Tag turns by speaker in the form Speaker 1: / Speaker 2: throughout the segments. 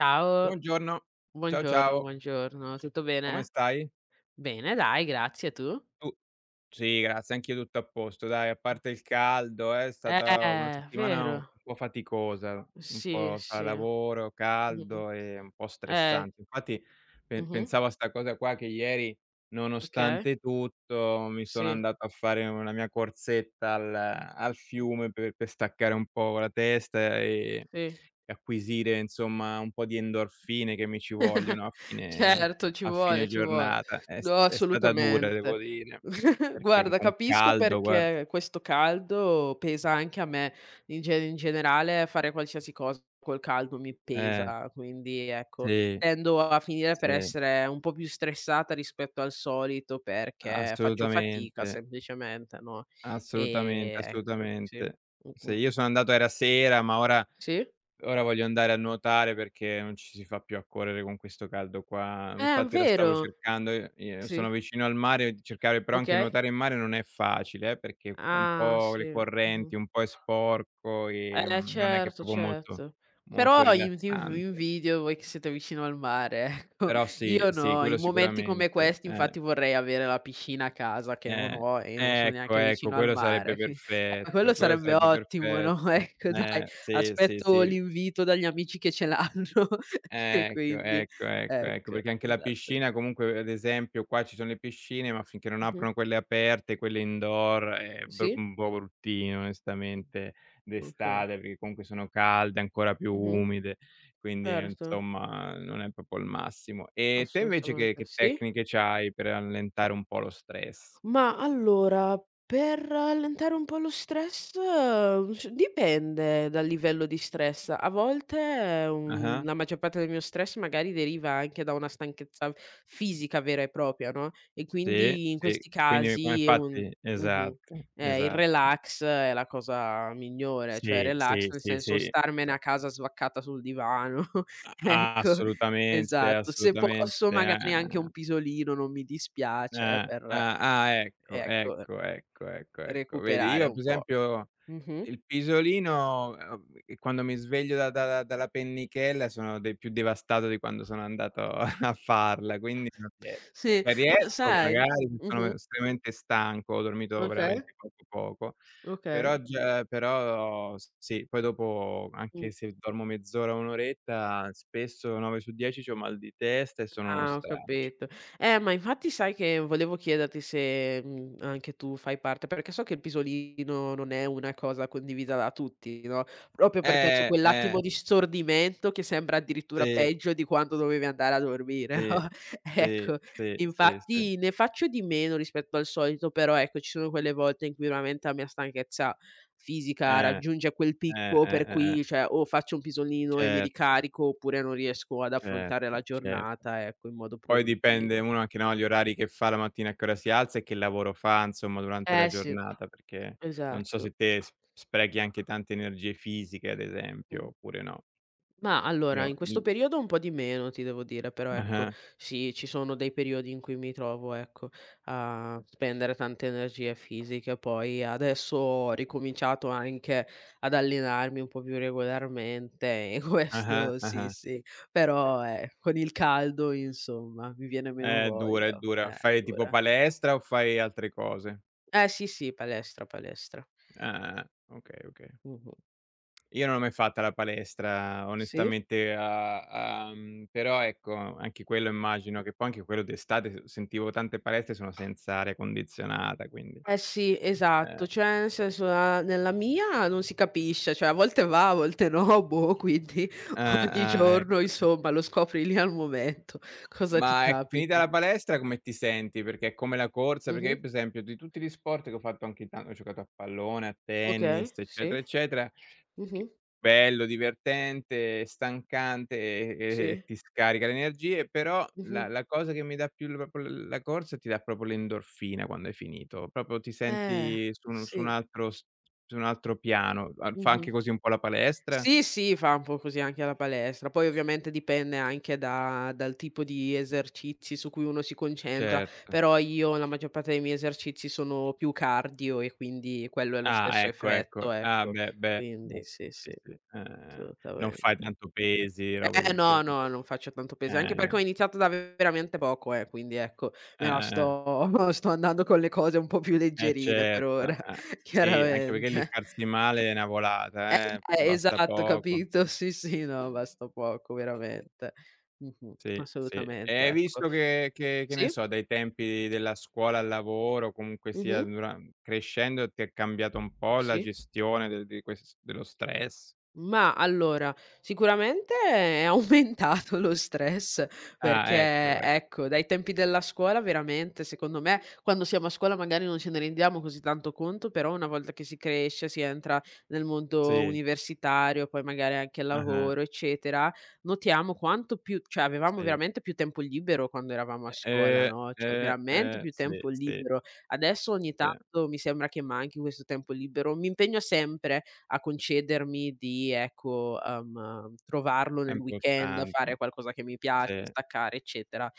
Speaker 1: Ciao,
Speaker 2: Buongiorno, ciao
Speaker 1: buongiorno,
Speaker 2: ciao,
Speaker 1: buongiorno, tutto
Speaker 2: come
Speaker 1: bene?
Speaker 2: stai?
Speaker 1: Bene dai, grazie, tu?
Speaker 2: Tu... Sì, grazie, anch'io tutto a posto dai, a
Speaker 1: Mh.
Speaker 2: parte il caldo, è stata una settimana un
Speaker 1: Vero.
Speaker 2: po' faticosa, un
Speaker 1: Sì,
Speaker 2: po' tra
Speaker 1: sì.
Speaker 2: lavoro,
Speaker 1: Mh-mh.
Speaker 2: caldo e un po'
Speaker 1: Eh,
Speaker 2: stressante. Infatti pe
Speaker 1: mh-mh,
Speaker 2: pensavo a 'sta cosa qua che ieri,
Speaker 1: okay,
Speaker 2: nonostante tutto, mi sono
Speaker 1: sì,
Speaker 2: andato a fare una mia corsetta al fiume per staccare un po' la testa e
Speaker 1: sì.
Speaker 2: acquisire insomma un po' di endorfine che mi ci vogliono
Speaker 1: Certo, ci
Speaker 2: a
Speaker 1: vuole,
Speaker 2: fine
Speaker 1: ci vuole.
Speaker 2: giornata.
Speaker 1: No,
Speaker 2: È stata dura, devo
Speaker 1: assolutamente.
Speaker 2: dire. Perché
Speaker 1: Guarda,
Speaker 2: con
Speaker 1: capisco
Speaker 2: caldo guarda,
Speaker 1: perché questo caldo pesa anche a me. In generale fare qualsiasi cosa col caldo mi
Speaker 2: eh,
Speaker 1: pesa, quindi ecco,
Speaker 2: sì,
Speaker 1: tendo a finire per
Speaker 2: sì,
Speaker 1: essere un po' più stressata rispetto al solito perché faccio fatica
Speaker 2: assolutamente,
Speaker 1: semplicemente, no,
Speaker 2: assolutamente,
Speaker 1: ecco, sì.
Speaker 2: assolutamente. Sì,
Speaker 1: Mh-mh.
Speaker 2: io sono andato era sera, ma ora
Speaker 1: Sì?
Speaker 2: voglio andare a nuotare perché non ci si fa più a correre con questo caldo qua. Infatti la stavo
Speaker 1: Vero!
Speaker 2: cercando, i io
Speaker 1: Sì.
Speaker 2: sono vicino al mare, cercare però anche
Speaker 1: Okay.
Speaker 2: nuotare in mare non è facile perché un
Speaker 1: Ah,
Speaker 2: po'
Speaker 1: sì.
Speaker 2: le
Speaker 1: Mh-mh.
Speaker 2: correnti, un po' è sporco,
Speaker 1: Eh
Speaker 2: non è che è
Speaker 1: certo,
Speaker 2: proprio molto
Speaker 1: certo. Però in ti inv
Speaker 2: rilassante.
Speaker 1: invidio voi che siete vicino al mare, ecco.
Speaker 2: Però sì,
Speaker 1: Io
Speaker 2: sì,
Speaker 1: no, in
Speaker 2: quello
Speaker 1: momenti come
Speaker 2: sicuramente,
Speaker 1: questi
Speaker 2: eh.
Speaker 1: infatti vorrei avere la piscina a casa che non
Speaker 2: Eh,
Speaker 1: ho e non sono
Speaker 2: ecco,
Speaker 1: neanche
Speaker 2: ecco,
Speaker 1: vicino al
Speaker 2: quello sarebbe
Speaker 1: mare, quin quello
Speaker 2: perfetto, quello
Speaker 1: sarebbe
Speaker 2: sarebbe
Speaker 1: ottimo, no,
Speaker 2: perfetto.
Speaker 1: ecco dai,
Speaker 2: Sì, sì,
Speaker 1: aspetto
Speaker 2: sì.
Speaker 1: l'invito dagli amici che ce l'hanno e
Speaker 2: Ecco,
Speaker 1: quindi
Speaker 2: ecco, ecco, ecco,
Speaker 1: ecco,
Speaker 2: perché anche la
Speaker 1: esatto.
Speaker 2: piscina comunque ad esempio qua ci sono le piscine, ma finché non
Speaker 1: Mh-mh.
Speaker 2: aprono quelle aperte, quelle indoor è br
Speaker 1: Sì?
Speaker 2: un po' bruttino
Speaker 1: Mh,
Speaker 2: onestamente
Speaker 1: okay.
Speaker 2: d'estate, perché comunque sono calde, ancora più
Speaker 1: Mh-mh.
Speaker 2: umide, quindi
Speaker 1: Certo,
Speaker 2: insomma non è proprio il massimo. E te invece
Speaker 1: assolutamente.
Speaker 2: che
Speaker 1: Sì?
Speaker 2: tecniche c'hai per allentare un po' lo stress?
Speaker 1: Ma allora, per allentare un po' lo stress, c dipende dal livello di stress. A volte, un
Speaker 2: Ah-ah.
Speaker 1: la maggior parte del mio stress magari deriva anche da una stanchezza fisica vera e propria, no, e
Speaker 2: Sì,
Speaker 1: quindi in
Speaker 2: sì,
Speaker 1: questi
Speaker 2: quindi come
Speaker 1: casi
Speaker 2: infatti
Speaker 1: mh-mh,
Speaker 2: esatto,
Speaker 1: il
Speaker 2: esatto.
Speaker 1: relax è la cosa migliore, cioè
Speaker 2: Sì,
Speaker 1: relax
Speaker 2: sì,
Speaker 1: nel
Speaker 2: sì,
Speaker 1: senso
Speaker 2: sì,
Speaker 1: starmene
Speaker 2: esa
Speaker 1: a casa svaccata sul divano,
Speaker 2: a
Speaker 1: ecco,
Speaker 2: assolutamente,
Speaker 1: esatto. Se
Speaker 2: assolutamente,
Speaker 1: posso magari anche un pisolino non mi dispiace,
Speaker 2: Ah,
Speaker 1: per,
Speaker 2: ah, ecco,
Speaker 1: ecco,
Speaker 2: ecco, ecco, ecco, ecco. Vedi
Speaker 1: recuperare
Speaker 2: io
Speaker 1: un
Speaker 2: per
Speaker 1: po'.
Speaker 2: esempio
Speaker 1: Mh-mh.
Speaker 2: il pisolino, e quando mi sveglio da da dalla pennichella sono de più devastato di quando sono andato a farla, quindi non riesco.
Speaker 1: Sì,
Speaker 2: Se
Speaker 1: ma
Speaker 2: riesco
Speaker 1: sai.
Speaker 2: magari se sono
Speaker 1: Mh-mh.
Speaker 2: estremamente stanco, ho dormito
Speaker 1: Okay,
Speaker 2: veramente poco,
Speaker 1: okay.
Speaker 2: però già però s sì, poi dopo
Speaker 1: Mh.
Speaker 2: anche se dormo mezz'ora, un' oretta, spesso 9 su 10 c'ho mal di testa e sono uno
Speaker 1: Ah, ho
Speaker 2: straccio.
Speaker 1: capito. Ma infatti sai che volevo chiederti se, anche tu fai parte perché so che il pisolino non è una cosa condivisa da tutti, no, proprio perché c'è quell'attimo
Speaker 2: Eh.
Speaker 1: di stordimento che sembra addirittura
Speaker 2: Sì,
Speaker 1: peggio di quando dovevi andare a dormire,
Speaker 2: sì,
Speaker 1: no,
Speaker 2: sì,
Speaker 1: ecco.
Speaker 2: sì, sì, sì.
Speaker 1: Infatti ne faccio di meno rispetto al solito, però ecco, ci sono quelle volte in cui veramente la mia stanchezza fisica
Speaker 2: Eh,
Speaker 1: raggiunge quel picco per
Speaker 2: eh.
Speaker 1: cui, cioè, o faccio un pisolino e mi
Speaker 2: Certo,
Speaker 1: ricarico oppure non riesco ad affrontare
Speaker 2: certo,
Speaker 1: la
Speaker 2: certo.
Speaker 1: giornata, ecco, in modo
Speaker 2: Poi dipende
Speaker 1: produttivo.
Speaker 2: uno anche, no, gli orari che fa la mattina, a che ora si alza e che lavoro fa, insomma, durante la
Speaker 1: Eh sì,
Speaker 2: giornata, perché non so se
Speaker 1: esatto.
Speaker 2: te s sprechi anche tante energie fisiche, ad esempio,
Speaker 1: Mh.
Speaker 2: oppure no.
Speaker 1: Ma allora,
Speaker 2: Io
Speaker 1: in
Speaker 2: i
Speaker 1: questo periodo un po' di meno ti devo dire, però ecco,
Speaker 2: ah-ah,
Speaker 1: sì, ci sono dei periodi in cui mi trovo, ecco, a spendere tante energie fisiche. Poi adesso ho ricominciato anche ad allenarmi un po' più regolarmente e
Speaker 2: ah-ah,
Speaker 1: questo sì,
Speaker 2: ah-ah.
Speaker 1: sì, però con il caldo, insomma, mi viene meno
Speaker 2: È dura, è
Speaker 1: voglia.
Speaker 2: dura. Fai tipo
Speaker 1: Allora.
Speaker 2: palestra o fai altre cose?
Speaker 1: Eh sì, sì, palestra, palestra.
Speaker 2: Ah, ah, okay, okay.
Speaker 1: Mhm.
Speaker 2: Io non l'ho mai fatta la palestra
Speaker 1: Sì?
Speaker 2: onestamente, a a però ecco, anche quello immagino che poi anche quello d'estate s sentivo tante palestre sono senza aria condizionata, quindi
Speaker 1: Eh sì,
Speaker 2: ehm,
Speaker 1: esatto, cioè nel senso la nella mia non si capisce, cioè a volte va, a volte no, boh, quindi
Speaker 2: eh,
Speaker 1: ogni giorno
Speaker 2: ecco,
Speaker 1: insomma
Speaker 2: ecco.
Speaker 1: lo scopri lì al momento cosa ti
Speaker 2: Ma ecco, finita
Speaker 1: capita.
Speaker 2: la palestra come ti senti? Perché è come la corsa? Perché
Speaker 1: Mh-mh.
Speaker 2: io per esempio di tutti gli sport che ho fatto anche tan ho giocato a pallone, a
Speaker 1: Okay,
Speaker 2: tennis, eccetera,
Speaker 1: sì.
Speaker 2: eccetera.
Speaker 1: Mh-mh.
Speaker 2: Che bello, divertente, stancante e
Speaker 1: Sì.
Speaker 2: ti scarica le energie, però
Speaker 1: Mh-mh.
Speaker 2: la cosa che mi dà più l proprio l la corsa ti dà proprio l'endorfina quando hai finito, proprio ti
Speaker 1: Eh,
Speaker 2: senti su un
Speaker 1: sì.
Speaker 2: altro s su un altro piano. A fa
Speaker 1: Mh-mh.
Speaker 2: anche così un po' la palestra?
Speaker 1: Sì, sì, fa un po' così anche alla palestra. Poi ovviamente dipende anche da dal tipo di esercizi su cui uno si concentra,
Speaker 2: Certo.
Speaker 1: però io la maggior parte dei miei esercizi sono più cardio e quindi quello è lo
Speaker 2: Ah,
Speaker 1: stesso
Speaker 2: ecco, ecco.
Speaker 1: effetto,
Speaker 2: Ah,
Speaker 1: ecco.
Speaker 2: beh, beh, beh,
Speaker 1: Quindi
Speaker 2: sì,
Speaker 1: sì,
Speaker 2: sì,
Speaker 1: sì,
Speaker 2: sì. Non fai
Speaker 1: assolutamente.
Speaker 2: tanto pesi, robe
Speaker 1: Eh
Speaker 2: del
Speaker 1: no,
Speaker 2: genere.
Speaker 1: no, non faccio tanto peso, anche perché
Speaker 2: Eh,
Speaker 1: ho iniziato da veramente poco, quindi ecco, me la
Speaker 2: eh, eh.
Speaker 1: sto sto andando con le cose un po' più
Speaker 2: Eh
Speaker 1: leggerine per
Speaker 2: certo,
Speaker 1: ora,
Speaker 2: sì, anche perché lì
Speaker 1: chiaramente.
Speaker 2: farsi male è una
Speaker 1: Eh
Speaker 2: volata,
Speaker 1: beh,
Speaker 2: basta
Speaker 1: esatto,
Speaker 2: poco.
Speaker 1: capito? Sì, sì, no, basta poco veramente. Mh-mh,
Speaker 2: Sì, sì. E
Speaker 1: assolutamente,
Speaker 2: hai
Speaker 1: ecco.
Speaker 2: visto che che ne
Speaker 1: Sì?
Speaker 2: so, dai tempi della scuola al lavoro, comunque sia
Speaker 1: Mh-mh,
Speaker 2: dura crescendo ti è cambiato un po' la
Speaker 1: sì.
Speaker 2: gestione de di ques dello stress?
Speaker 1: Ma allora, sicuramente è aumentato lo stress
Speaker 2: Ah ecco,
Speaker 1: perché,
Speaker 2: ec
Speaker 1: ecco, dai tempi della scuola veramente, secondo me, quando siamo a scuola magari non ce ne rendiamo così tanto conto, però una volta che si cresce, si entra nel mondo
Speaker 2: sì,
Speaker 1: universitario, poi magari anche al
Speaker 2: ah-ah,
Speaker 1: lavoro, eccetera, notiamo quanto più cioè avevamo
Speaker 2: sì.
Speaker 1: veramente più tempo libero quando eravamo a scuola, no, cioè veramente più tempo
Speaker 2: Sì, sì,
Speaker 1: libero. Adesso ogni
Speaker 2: sì,
Speaker 1: tanto mi sembra che manchi questo tempo libero. Mi impegno sempre a concedermi di, ecco, trovarlo
Speaker 2: è
Speaker 1: nel weekend,
Speaker 2: importante.
Speaker 1: fare qualcosa che mi piace,
Speaker 2: Sì,
Speaker 1: staccare eccetera,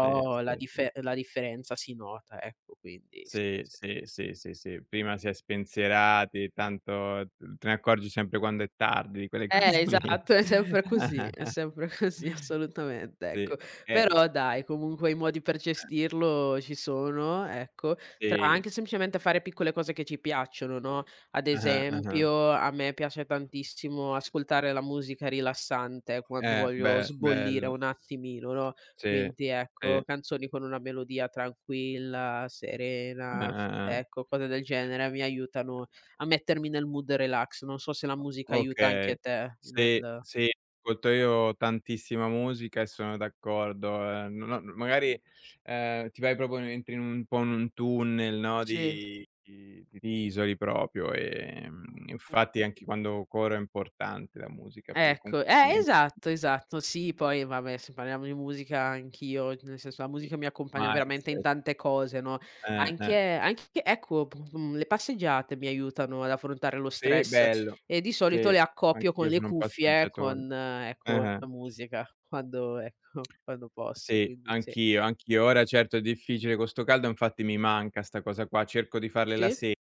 Speaker 2: sì,
Speaker 1: la
Speaker 2: sì, sì.
Speaker 1: diffe la differenza si nota ecco, quindi sì,
Speaker 2: Sì,
Speaker 1: sì.
Speaker 2: sì, sì, sì, sì. Prima si è spensierati, tanto t te ne accorgi sempre quando è tardi, di quelle cose lì.
Speaker 1: Esatto, è sempre così, è sempre così, assolutamente,
Speaker 2: Sì,
Speaker 1: ecco.
Speaker 2: eh,
Speaker 1: Però dai, comunque i modi per gestirlo ci sono, ecco, tra
Speaker 2: sì.
Speaker 1: anche semplicemente fare piccole cose che ci piacciono, no, ad
Speaker 2: Ah-ah, ah-ah.
Speaker 1: esempio, a me piace tantissimo ascoltare la musica rilassante quando voglio
Speaker 2: Be
Speaker 1: sbollire
Speaker 2: bello.
Speaker 1: un attimino, no,
Speaker 2: Sì,
Speaker 1: quindi ecco,
Speaker 2: sì.
Speaker 1: canzoni con una melodia tranquilla, serena,
Speaker 2: Ah-ah, ah.
Speaker 1: ecco, cose del genere mi aiutano
Speaker 2: Ah.
Speaker 1: a mettermi nel mood relax. Non so se la musica aiuta
Speaker 2: Okay.
Speaker 1: anche te
Speaker 2: Sì,
Speaker 1: nel.
Speaker 2: sì, ascolto io tantissima musica e sono d'accordo, no no magari, ti vai proprio entri in un po' in un tunnel, no,
Speaker 1: Sì.
Speaker 2: di ti isoli proprio,
Speaker 1: Mh,
Speaker 2: infatti anche quando corro è importante la musica perché
Speaker 1: ecco,
Speaker 2: comunque ti en
Speaker 1: esatto, esatto. Sì, poi vabbè, se parliamo di musica anch'io, nel senso la
Speaker 2: sì,
Speaker 1: musica mi accompagna veramente in
Speaker 2: mindset,
Speaker 1: tante cose, no, anche
Speaker 2: eh.
Speaker 1: anche ecco, le passeggiate mi aiutano ad affrontare lo
Speaker 2: Sì,
Speaker 1: stress
Speaker 2: bello.
Speaker 1: e di solito
Speaker 2: Sì,
Speaker 1: le accoppio con
Speaker 2: anch'io
Speaker 1: le
Speaker 2: sono un
Speaker 1: cuffie,
Speaker 2: passeggiatore.
Speaker 1: con ecco,
Speaker 2: Ah-ah.
Speaker 1: la musica quando ecco, quando posso,
Speaker 2: Sì,
Speaker 1: quindi sì.
Speaker 2: anch'io, anch'io. Ora certo è difficile co' sto caldo, infatti mi manca 'sta cosa qua, cerco di farle la
Speaker 1: Sì,
Speaker 2: sera,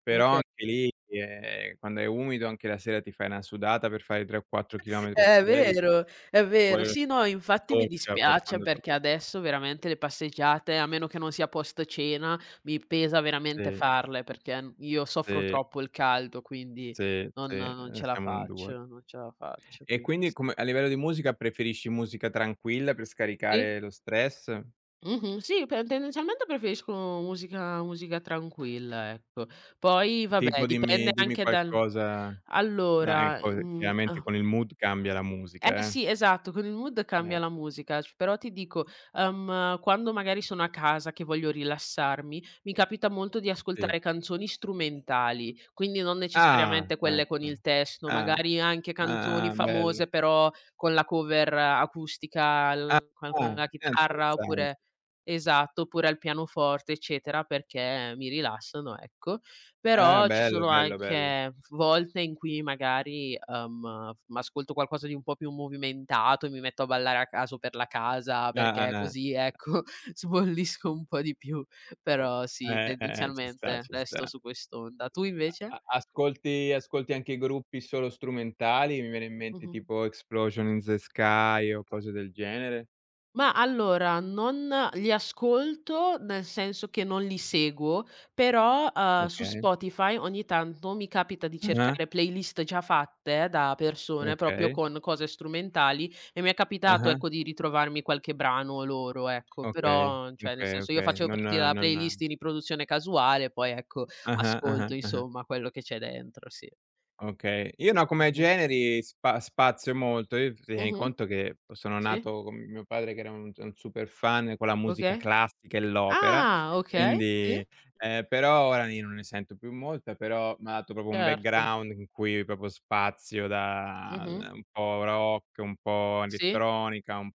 Speaker 2: però
Speaker 1: oka
Speaker 2: anche lì, quando è umido anche la sera ti fai una sudata per fare 3 o 4 chilometri a
Speaker 1: è
Speaker 2: piedi, ci
Speaker 1: vero, è vero.
Speaker 2: vuole
Speaker 1: Sì, no, infatti mi
Speaker 2: doccia poi
Speaker 1: dispiace
Speaker 2: quando
Speaker 1: perché
Speaker 2: torni.
Speaker 1: adesso veramente le passeggiate, a meno che non sia post cena, mi pesa veramente
Speaker 2: Sì,
Speaker 1: farle perché n io soffro
Speaker 2: sì,
Speaker 1: troppo il caldo, quindi
Speaker 2: sì,
Speaker 1: non
Speaker 2: sì,
Speaker 1: non ce la
Speaker 2: siamo in 2.
Speaker 1: faccio, non ce la faccio,
Speaker 2: E
Speaker 1: quindi
Speaker 2: quindi
Speaker 1: sì.
Speaker 2: come a livello di musica preferisci musica tranquilla per
Speaker 1: Sì?
Speaker 2: scaricare lo stress?
Speaker 1: Mh-mh. Sì, pe tendenzialmente preferisco musica tranquilla, ecco. Poi vabbè,
Speaker 2: Tipo
Speaker 1: dipende
Speaker 2: dimmi
Speaker 1: anche dal.
Speaker 2: qualcosa dai,
Speaker 1: Allora,
Speaker 2: poi chiaramente
Speaker 1: ah,
Speaker 2: con il mood cambia la
Speaker 1: eh
Speaker 2: musica, eh.
Speaker 1: sì, esatto, con il mood cambia
Speaker 2: Eh.
Speaker 1: la musica, c però ti dico, quando magari sono a casa che voglio rilassarmi, mi capita molto di
Speaker 2: Sì.
Speaker 1: ascoltare canzoni strumentali, quindi non
Speaker 2: Ah,
Speaker 1: necessariamente quelle con
Speaker 2: ecco.
Speaker 1: il testo,
Speaker 2: Ah,
Speaker 1: magari anche
Speaker 2: ah,
Speaker 1: canzoni
Speaker 2: ah, bello.
Speaker 1: famose però con la cover acustica
Speaker 2: Ah,
Speaker 1: al
Speaker 2: ah,
Speaker 1: con la chitarra
Speaker 2: interessante.
Speaker 1: oppure esatto, oppure al pianoforte eccetera, perché mi rilassano, ecco.
Speaker 2: Ah,
Speaker 1: Però ci
Speaker 2: bello,
Speaker 1: sono
Speaker 2: bello, bello.
Speaker 1: anche volte in cui magari, f m'ascolto qualcosa di un po' più movimentato e mi metto a ballare a caso per la casa,
Speaker 2: Ah, ah,
Speaker 1: perché
Speaker 2: ah.
Speaker 1: così, ecco, sbollisco un po' di più.
Speaker 2: Oh.
Speaker 1: Però sì,
Speaker 2: Ci sta,
Speaker 1: tendenzialmente
Speaker 2: ci
Speaker 1: resto
Speaker 2: sta.
Speaker 1: su quest'onda. Tu invece?
Speaker 2: A a ascolti anche gruppi solo strumentali? Mi viene in mente
Speaker 1: Mh-mh.
Speaker 2: tipo Explosion in the Sky o cose del genere?
Speaker 1: Ma allora, non li ascolto, nel senso che non li seguo, però, su
Speaker 2: Okay.
Speaker 1: Spotify ogni tanto mi capita di
Speaker 2: Ah-ah,
Speaker 1: cercare playlist già fatte da persone, proprio
Speaker 2: okay.
Speaker 1: con cose strumentali, e mi è capitato,
Speaker 2: Ah-ah,
Speaker 1: ecco, di ritrovarmi qualche brano loro, ecco.
Speaker 2: okay,
Speaker 1: Però, cioè, nel
Speaker 2: okay,
Speaker 1: senso, io
Speaker 2: okay.
Speaker 1: facevo
Speaker 2: Non
Speaker 1: partire la playlist
Speaker 2: non
Speaker 1: in riproduzione casuale, poi, ecco,
Speaker 2: ah-ah, ah-ah,
Speaker 1: ascolto,
Speaker 2: ah-ah.
Speaker 1: insomma, quello che c'è dentro, sì.
Speaker 2: Okay. Io no, come
Speaker 1: Mh-mh.
Speaker 2: generi spazio molto. Io tieni
Speaker 1: Mh-mh.
Speaker 2: conto che sono
Speaker 1: Sì,
Speaker 2: nato con mio padre che era un super fan con la musica
Speaker 1: okay.
Speaker 2: classica e l'opera,
Speaker 1: Ah, okay, sì,
Speaker 2: quindi però ora io non ne sento più molta, però m'ha dato proprio un
Speaker 1: certo.
Speaker 2: background in cui proprio spazio da
Speaker 1: Mh-mh.
Speaker 2: un po' rock, un po'
Speaker 1: Sì?
Speaker 2: elettronica, un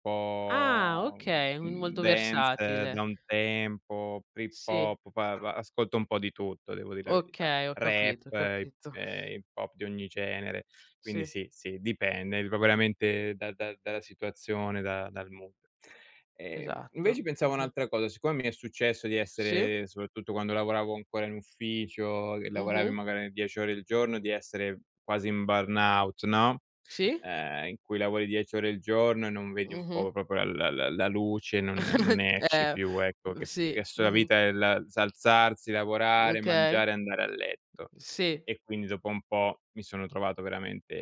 Speaker 1: Ah,
Speaker 2: po',
Speaker 1: okay, quindi molto
Speaker 2: dance,
Speaker 1: versatile.
Speaker 2: downtempo, trip
Speaker 1: Sì,
Speaker 2: hop, pa pa ascolto un po' di tutto, devo dì la verità
Speaker 1: okay, ho
Speaker 2: rap,
Speaker 1: capito, ho capito.
Speaker 2: hip hop di ogni genere. Quindi
Speaker 1: Sì,
Speaker 2: sì, sì, dipende, va veramente da da dalla situazione, da dal mood.
Speaker 1: esatto.
Speaker 2: Invece pensavo
Speaker 1: Mh-mh.
Speaker 2: un'altra cosa, siccome mi è successo di
Speaker 1: Sì,
Speaker 2: essere soprattutto quando lavoravo ancora in ufficio, che lavoravi
Speaker 1: mh-mh,
Speaker 2: magari 10 ore al giorno, di essere quasi in burnout, no,
Speaker 1: sì,
Speaker 2: in cui lavori 10 ore al giorno e non vedi un
Speaker 1: mh-mh.
Speaker 2: po' proprio la luce, non ne esci
Speaker 1: Eh,
Speaker 2: più, ecco, che f che
Speaker 1: sì,
Speaker 2: s la
Speaker 1: mh-mh.
Speaker 2: vita è la s alzarsi, lavorare,
Speaker 1: Okay,
Speaker 2: mangiare, andare a letto.
Speaker 1: sì,
Speaker 2: E quindi dopo un po' mi sono trovato veramente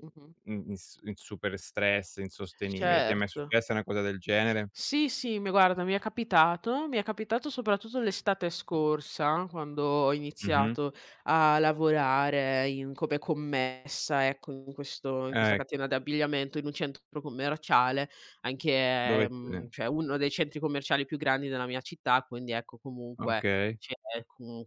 Speaker 1: mh-mh.
Speaker 2: in super stress
Speaker 1: C
Speaker 2: insostenibile. Ti è mai
Speaker 1: certo.
Speaker 2: successa una cosa del genere?
Speaker 1: Sì, sì, mi guarda, mi è capitato soprattutto l'estate scorsa, quando ho
Speaker 2: Mh-mh.
Speaker 1: iniziato a lavorare in come commessa, ecco, in questa
Speaker 2: Ecco,
Speaker 1: catena di abbigliamento, in un centro commerciale, anche,
Speaker 2: dove
Speaker 1: cioè uno dei centri commerciali più grandi della mia città, quindi ecco comunque
Speaker 2: okay.
Speaker 1: c'è, comu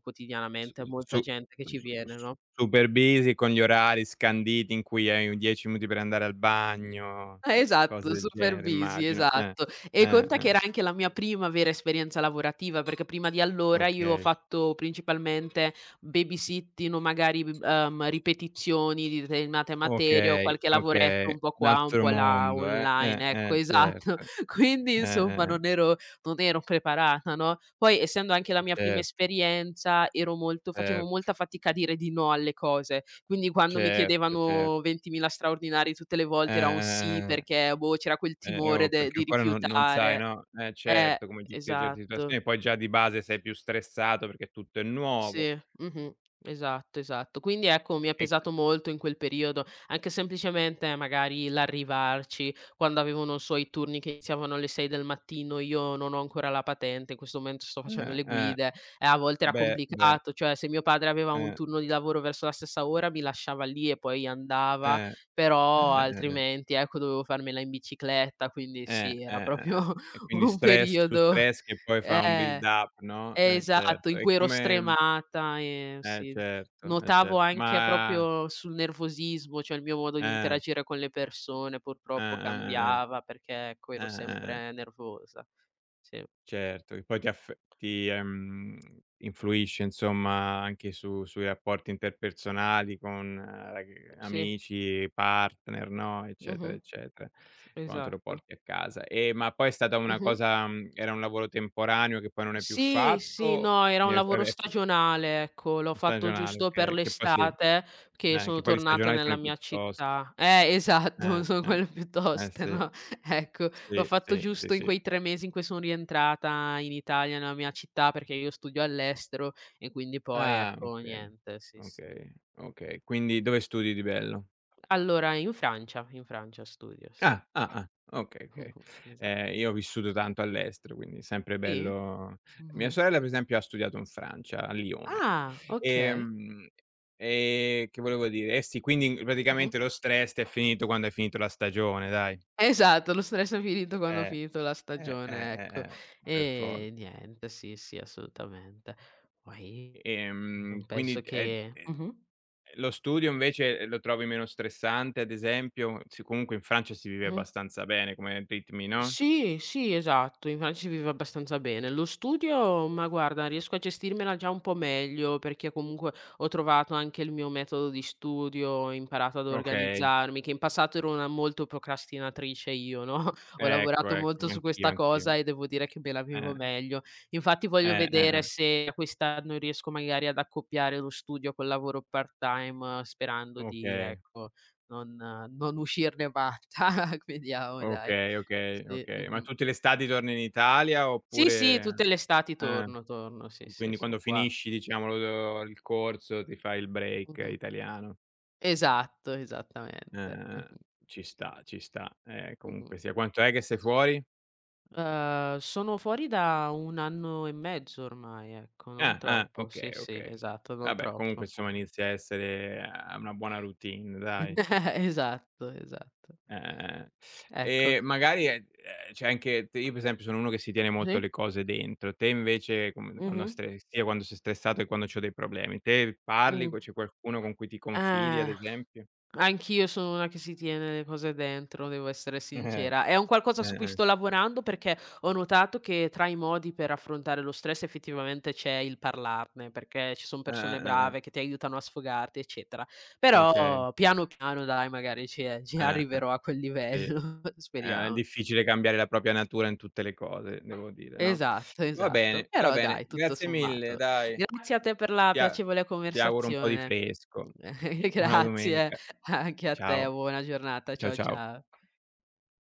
Speaker 2: S
Speaker 1: quotidianamente molta
Speaker 2: su
Speaker 1: gente che ci
Speaker 2: s
Speaker 1: viene,
Speaker 2: s
Speaker 1: no?
Speaker 2: super busy con gli orari scanditi in cui hai un 10 minuti per andare al bagno, cose
Speaker 1: Esatto,
Speaker 2: del
Speaker 1: super
Speaker 2: genere
Speaker 1: busy,
Speaker 2: immagino.
Speaker 1: esatto. E conta che
Speaker 2: Eh.
Speaker 1: era anche la mia prima vera esperienza lavorativa, perché prima di allora io ho
Speaker 2: Okay,
Speaker 1: fatto principalmente babysitting o magari, b ripetizioni di determinate materie o
Speaker 2: okay,
Speaker 1: qualche lavoretto
Speaker 2: okay.
Speaker 1: un po'
Speaker 2: Un
Speaker 1: qua, un
Speaker 2: altro
Speaker 1: po' là,
Speaker 2: mondo,
Speaker 1: online, ecco,
Speaker 2: certo.
Speaker 1: esatto. Quindi insomma
Speaker 2: Eh.
Speaker 1: non ero preparata, no, poi essendo anche la mia prima
Speaker 2: Certo,
Speaker 1: esperienza ero molto facevo
Speaker 2: certo,
Speaker 1: molta fatica a dire di no alle cose, quindi quando mi
Speaker 2: certo, cer
Speaker 1: chiedevano 20.000 straordinari tutte le volte era un sì
Speaker 2: eh. Eh.
Speaker 1: perché, boh, c'era quel timore
Speaker 2: Oh,
Speaker 1: de
Speaker 2: perché
Speaker 1: di
Speaker 2: ancora non sai,
Speaker 1: rifiutare.
Speaker 2: no, eh
Speaker 1: Eh,
Speaker 2: certo, come gestire certe
Speaker 1: esatto.
Speaker 2: situazioni, poi già di base sei più stressato perché tutto è nuovo
Speaker 1: Sì, mh-mh. Esatto, esatto. Quindi ecco, mi ha
Speaker 2: e c
Speaker 1: pesato molto in quel periodo, anche semplicemente magari l'arrivarci, quando avevano i suoi turni che iniziavano alle 6 del mattino, io non ho ancora la patente, in questo momento sto facendo
Speaker 2: eh,
Speaker 1: le
Speaker 2: eh,
Speaker 1: guide e a volte era
Speaker 2: beh, beh,
Speaker 1: complicato, cioè se mio padre aveva un
Speaker 2: eh,
Speaker 1: turno di lavoro verso la stessa ora mi lasciava lì e poi andava,
Speaker 2: eh, eh,
Speaker 1: però
Speaker 2: eh,
Speaker 1: altrimenti ecco, dovevo farmela in bicicletta, quindi
Speaker 2: eh,
Speaker 1: sì, era
Speaker 2: eh, eh,
Speaker 1: proprio
Speaker 2: e quindi
Speaker 1: un
Speaker 2: stress su
Speaker 1: periodo
Speaker 2: stress che poi fa un build
Speaker 1: eh.
Speaker 2: up, no, eh
Speaker 1: Esatto,
Speaker 2: certo.
Speaker 1: in cui
Speaker 2: E
Speaker 1: ero
Speaker 2: come
Speaker 1: stremata,
Speaker 2: eh
Speaker 1: sì.
Speaker 2: certo, eh
Speaker 1: Notavo
Speaker 2: certo.
Speaker 1: anche
Speaker 2: Ma
Speaker 1: proprio sul nervosismo, cioè il mio modo di
Speaker 2: eh,
Speaker 1: interagire con le persone
Speaker 2: eh,
Speaker 1: purtroppo
Speaker 2: eh, eh, eh,
Speaker 1: cambiava perché, ecco, ero
Speaker 2: eh.
Speaker 1: sempre nervosa. Sì,
Speaker 2: Certo, che poi ti, ehm, influisce insomma anche su sui rapporti interpersonali con rag
Speaker 1: sì,
Speaker 2: amici, partner, no, eccetera,
Speaker 1: mh-mh,
Speaker 2: eccetera, quando te lo
Speaker 1: esatto.
Speaker 2: porti a casa. E ma poi è stata una
Speaker 1: Mh-mh.
Speaker 2: cosa era un lavoro temporaneo che poi non hai più
Speaker 1: Sì, sì,
Speaker 2: fatto?
Speaker 1: no, era un
Speaker 2: Quindi è
Speaker 1: lavoro
Speaker 2: vabbè sì,
Speaker 1: stagionale, ecco, l'ho fatto
Speaker 2: stagionale,
Speaker 1: giusto per
Speaker 2: okay, che poi sì,
Speaker 1: l'estate che sono
Speaker 2: che poi gli
Speaker 1: tornata
Speaker 2: stagionali sono
Speaker 1: nella
Speaker 2: i più
Speaker 1: mia
Speaker 2: tosti.
Speaker 1: città. Esatto, sono
Speaker 2: Eh.
Speaker 1: quelle più
Speaker 2: Eh
Speaker 1: toste,
Speaker 2: sì,
Speaker 1: no, ecco, l'ho
Speaker 2: sì,
Speaker 1: fatto
Speaker 2: sì, sì,
Speaker 1: giusto in
Speaker 2: sì.
Speaker 1: quei 3 mesi in cui sono rientrata in Italia, nella mia città, perché io studio all'estero e quindi poi,
Speaker 2: Ah,
Speaker 1: ecco,
Speaker 2: okay,
Speaker 1: niente, sì, sì.
Speaker 2: okay,
Speaker 1: Mh.
Speaker 2: okay. Quindi dove studi di bello?
Speaker 1: Allora in Francia studio, sì.
Speaker 2: Ah, ah, ah, okay, okay.
Speaker 1: Esa
Speaker 2: Io ho vissuto tanto all'estero, quindi sempre
Speaker 1: sì?
Speaker 2: bello, mia
Speaker 1: Mh-mh.
Speaker 2: sorella per esempio ha studiato in Francia, a Lione.
Speaker 1: Ah, okay.
Speaker 2: Ehm, e che volevo dire? Eh sì, quindi
Speaker 1: Mh-mh.
Speaker 2: praticamente lo stress t'è finito quando hai finito la stagione, dai.
Speaker 1: Esatto, lo stress è finito quando ho
Speaker 2: Eh,
Speaker 1: finito la
Speaker 2: eh, eh,
Speaker 1: stagione, ecco.
Speaker 2: eh, eh, per for
Speaker 1: E niente, sì, sì, assolutamente. Poi non
Speaker 2: quindi
Speaker 1: penso
Speaker 2: è
Speaker 1: che.
Speaker 2: è
Speaker 1: Mh-mh,
Speaker 2: lo studio invece lo trovi meno stressante, ad esempio? Sì, comunque in Francia si vive
Speaker 1: mh-mh.
Speaker 2: abbastanza bene come ritmi, no?
Speaker 1: Sì, sì, esatto, in Francia si vive abbastanza bene. Lo studio, ma guarda, riesco a gestirmela già un po' meglio perché comunque ho trovato anche il mio metodo di studio, ho imparato ad
Speaker 2: Okay,
Speaker 1: organizzarmi, che in passato ero una molto procrastinatrice io, no? Ho
Speaker 2: ecco,
Speaker 1: lavorato
Speaker 2: ecco,
Speaker 1: molto su
Speaker 2: anch'io,
Speaker 1: questa
Speaker 2: anch'io.
Speaker 1: cosa e devo dire che me la
Speaker 2: Eh,
Speaker 1: vivo meglio. Infatti voglio vedere
Speaker 2: eh.
Speaker 1: se quest'anno riesco magari ad accoppiare lo studio col lavoro part-time, sperando di,
Speaker 2: Okay,
Speaker 1: ecco, non, non uscirne matta. Vediamo, dai.
Speaker 2: okay, okay,
Speaker 1: Sì,
Speaker 2: okay. Ma
Speaker 1: mh-mh.
Speaker 2: tutte le estati torni in Italia
Speaker 1: Sì, sì, tutte
Speaker 2: oppure
Speaker 1: le estati
Speaker 2: eh,
Speaker 1: torno, torno, sì, sì,
Speaker 2: quindi
Speaker 1: son
Speaker 2: quando
Speaker 1: qua.
Speaker 2: finisci diciamo lo il corso ti fai il break
Speaker 1: Mh-mh.
Speaker 2: italiano.
Speaker 1: Esatto, esattamente.
Speaker 2: Eh.
Speaker 1: Mh-mh,
Speaker 2: Ci sta, ci sta.
Speaker 1: mh-mh.
Speaker 2: Comunque sia, quanto è che sei fuori?
Speaker 1: Sono fuori da 1 anno e mezzo ormai, ecco, non
Speaker 2: Ah, ah,
Speaker 1: troppo. Sì,
Speaker 2: okay,
Speaker 1: sì,
Speaker 2: okay.
Speaker 1: esatto, non
Speaker 2: Vabbè comunque
Speaker 1: troppo.
Speaker 2: insomma
Speaker 1: Mh-mh.
Speaker 2: inizia a essere a una buona routine dai.
Speaker 1: Esatto, esatto.
Speaker 2: Eh,
Speaker 1: Ecco.
Speaker 2: eh. E magari, c'è anche te, io per esempio sono uno che si tiene molto le
Speaker 1: Sì.
Speaker 2: cose dentro, te invece com quando
Speaker 1: Mh-mh.
Speaker 2: stre sia quando sei stressato che quando c'ho dei problemi, te parli
Speaker 1: Mh.
Speaker 2: co c'è qualcuno con cui ti confidi ad
Speaker 1: Eh.
Speaker 2: esempio?
Speaker 1: Anch'io sono una che si tiene le cose dentro, devo essere
Speaker 2: Eh,
Speaker 1: sincera. È un qualcosa
Speaker 2: eh,
Speaker 1: su cui
Speaker 2: eh,
Speaker 1: sto lavorando perché ho notato che tra i modi per affrontare lo stress effettivamente c'è il parlarne, perché ci son persone
Speaker 2: eh.
Speaker 1: brave che ti aiutano a sfogarti, eccetera.
Speaker 2: Okay,
Speaker 1: Però piano, piano dai, magari ci
Speaker 2: eh.
Speaker 1: arriverò a quel
Speaker 2: Sì.
Speaker 1: livello,
Speaker 2: È
Speaker 1: speriamo.
Speaker 2: difficile cambiare la propria natura in tutte le cose, devo dire, no.
Speaker 1: Esatto, esatto.
Speaker 2: Va
Speaker 1: Però
Speaker 2: bene,
Speaker 1: dai, tutto
Speaker 2: grazie mille
Speaker 1: sommato.
Speaker 2: dai.
Speaker 1: Grazie a te per la
Speaker 2: Ti a
Speaker 1: piacevole
Speaker 2: ti auguro un po' di
Speaker 1: conversazione.
Speaker 2: fresco. Buona
Speaker 1: Grazie
Speaker 2: domenica.
Speaker 1: anche a te,
Speaker 2: Ciao,
Speaker 1: buona giornata.
Speaker 2: ciao,
Speaker 1: Ciao,
Speaker 2: ciao.
Speaker 1: ciao.